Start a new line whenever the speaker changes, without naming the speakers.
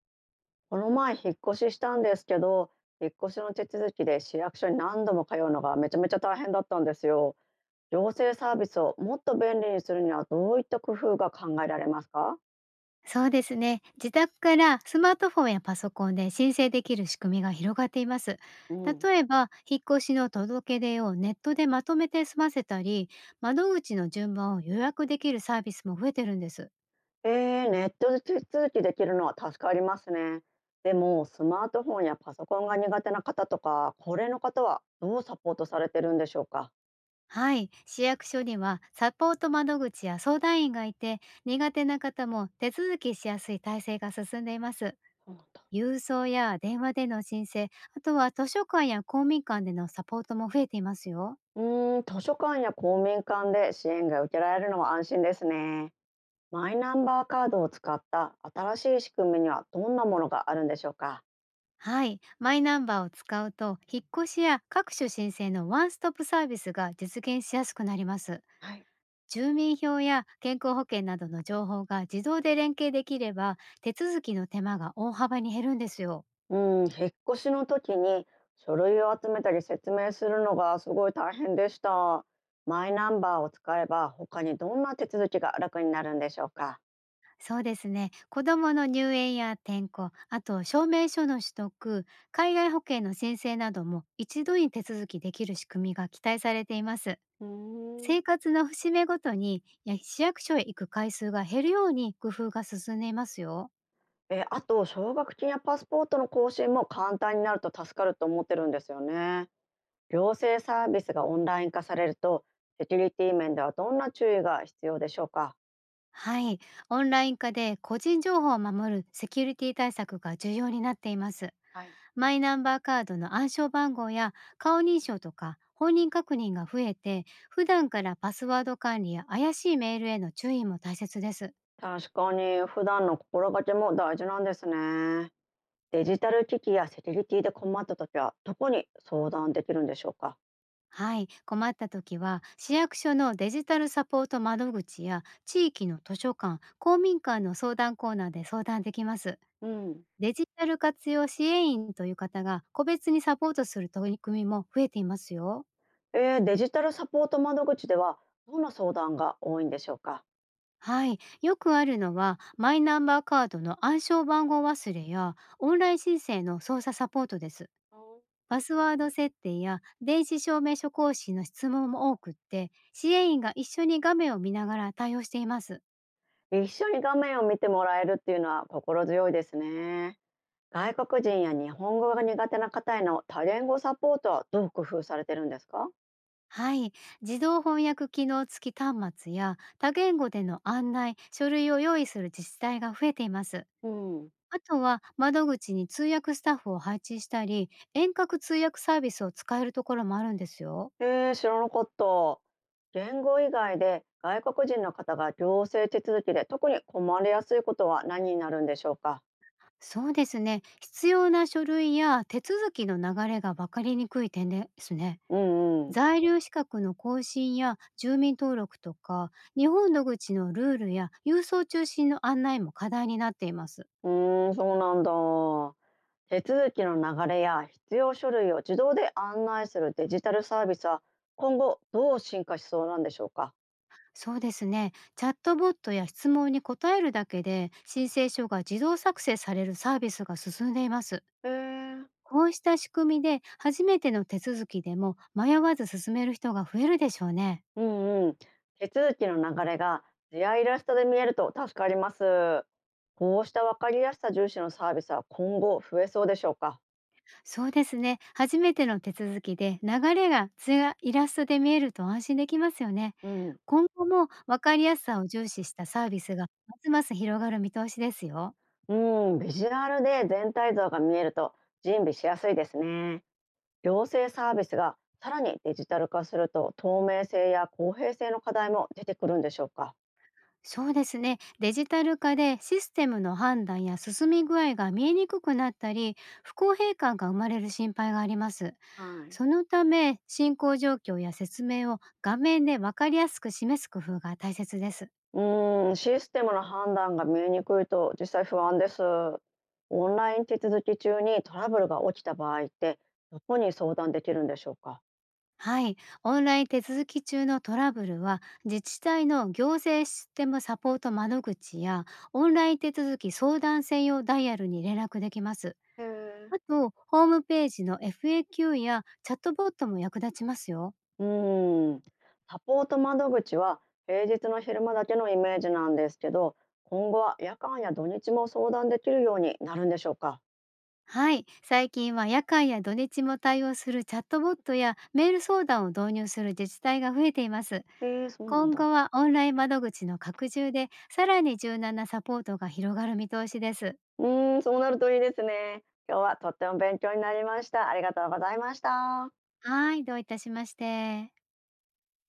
この前引っ越ししたんですけど、引っ越しの手続きで市役所に何度も通うのがめちゃめちゃ大変だったんですよ。行政サービスをもっと便利にするにはどういった工夫が考えられますか？
そうですね。自宅からスマートフォンやパソコンで申請できる仕組みが広がっています。
うん。
例えば、引っ越しの届け出をネットでまとめて済ませたり、窓口の順番を予約できるサービスも増えてるんです。
えー、ネットで手続きできるのは助かりますね。でもスマートフォンやパソコンが苦手な方とか高齢の方はどうサポートされてるんでしょうか？
はい。市役所にはサポート窓口や相談員がいて、苦手な方も手続きしやすい体制が進んでいます。
そうなんだ。
郵送や電話での申請、あとは図書館や公民館でのサポートも増えていますよ。
うーん、図書館や公民館で支援が受けられるのは安心ですね。マイナンバーカードを使った新しい仕組みにはどんなものがあるんでしょうか？
はい、マイナンバーを使うと引っ越しや各種申請のワンストップサービスが実現しやすくなります。
はい。
住民票や健康保険などの情報が自動で連携できれば、手続きの手間が大幅に減るんですよ。
うん、引っ越しの時に書類を集めたり説明するのがすごい大変でした。マイナンバーを使えば他にどんな手続きが楽になるんでしょうか？
そうですね、子どもの入園や転校、あと証明書の取得、海外保険の申請なども一度に手続きできる仕組みが期待されています。
うーん。
生活の節目ごとに、や市役所へ行く回数が減るように工夫が進んでいますよ。
え、あと奨学金やパスポートの更新も簡単になると助かると思ってるんですよね。行政サービスがオンライン化されると、セキュリティ面ではどんな注意が必要でしょうか？
はい、オンライン化で個人情報を守るセキュリティ対策が重要になっています。
はい。
マイナンバーカードの暗証番号や顔認証とか本人確認が増えて、普段からパスワード管理や怪しいメールへの注意も大切です。
確かに、普段の心がけも大事なんですね。デジタル機器やセキュリティで困った時は、どこに相談できるんでしょうか。
はい、困った時は市役所のデジタルサポート窓口や地域の図書館、公民館の相談コーナーで相談できます。
うん。
デジタル活用支援員という方が個別にサポートする取り組みも増えていますよ。
デジタルサポート窓口では、どんな相談が多いんでしょうか。
はい、よくあるのはマイナンバーカードの暗証番号忘れやオンライン申請の操作サポートです。パスワード設定や電子証明書講師の質問も多くって、支援員が一緒に画面を見ながら対応しています。
一緒に画面を見てもらえるっていうのは心強いですね。外国人や日本語が苦手な方への多言語サポートはどう工夫されてるんですか？
はい、自動翻訳機能付き端末や多言語での案内書類を用意する自治体が増えています。
うん。
あとは窓口に通訳スタッフを配置したり、遠隔通訳サービスを使えるところもあるんですよ。
えー、知らなかった。言語以外で外国人の方が行政手続きで特に困りやすいことは何になるんでしょうか？
そうですね。必要な書類や手続きの流れが分かりにくい点ですね。
うんうん。
在留資格の更新や住民登録とか、日本独自のルールや郵送中心の案内も課題になっています。
うーん、そうなんだ。手続きの流れや必要書類を自動で案内するデジタルサービスは、今後どう進化しそうなんでしょうか？
そうですね。チャットボットや質問に答えるだけで申請書が自動作成されるサービスが進んでいます。
へえー。
こうした仕組みで、初めての手続きでも迷わず進める人が増えるでしょうね。
うんうん。手続きの流れが図やイラストで見えると助かります。こうした分かりやすさ重視のサービスは今後増えそうでしょうか？
そうですね。初めての手続きで流れが図やイラストで見えると安心できますよね。
うん。
今後も分かりやすさを重視したサービスがますます広がる見通しですよ。
うん、ビジュアルで全体像が見えると準備しやすいですね。行政サービスがさらにデジタル化すると、透明性や公平性の課題も出てくるんでしょうか？
そうですね。デジタル化でシステムの判断や進み具合が見えにくくなったり、不公平感が生まれる心配があります。
はい。
そのため、進行状況や説明を画面で分かりやすく示す工夫が大切です。
うん、システムの判断が見えにくいと実際不安です。オンライン手続き中にトラブルが起きた場合って、どこに相談できるんでしょうか？
はい、オンライン手続き中のトラブルは自治体の行政システムサポート窓口や、オンライン手続き相談専用ダイヤルに連絡できます。
へえ。
あと、ホームページの FAQ やチャットボットも役立ちますよ。
うーん、サポート窓口は平日の昼間だけのイメージなんですけど、今後は夜間や土日も相談できるようになるんでしょうか。
はい、最近は夜間や土日も対応するチャットボットやメール相談を導入する自治体が増えています。
えー、そうなん
今
だ。
後はオンライン窓口の拡充で、さらに柔軟なサポートが広がる見通しです。
うーん、そうなるといいですね。今日はとっても勉強になりました。ありがとうございました。
はい、どういたしまして。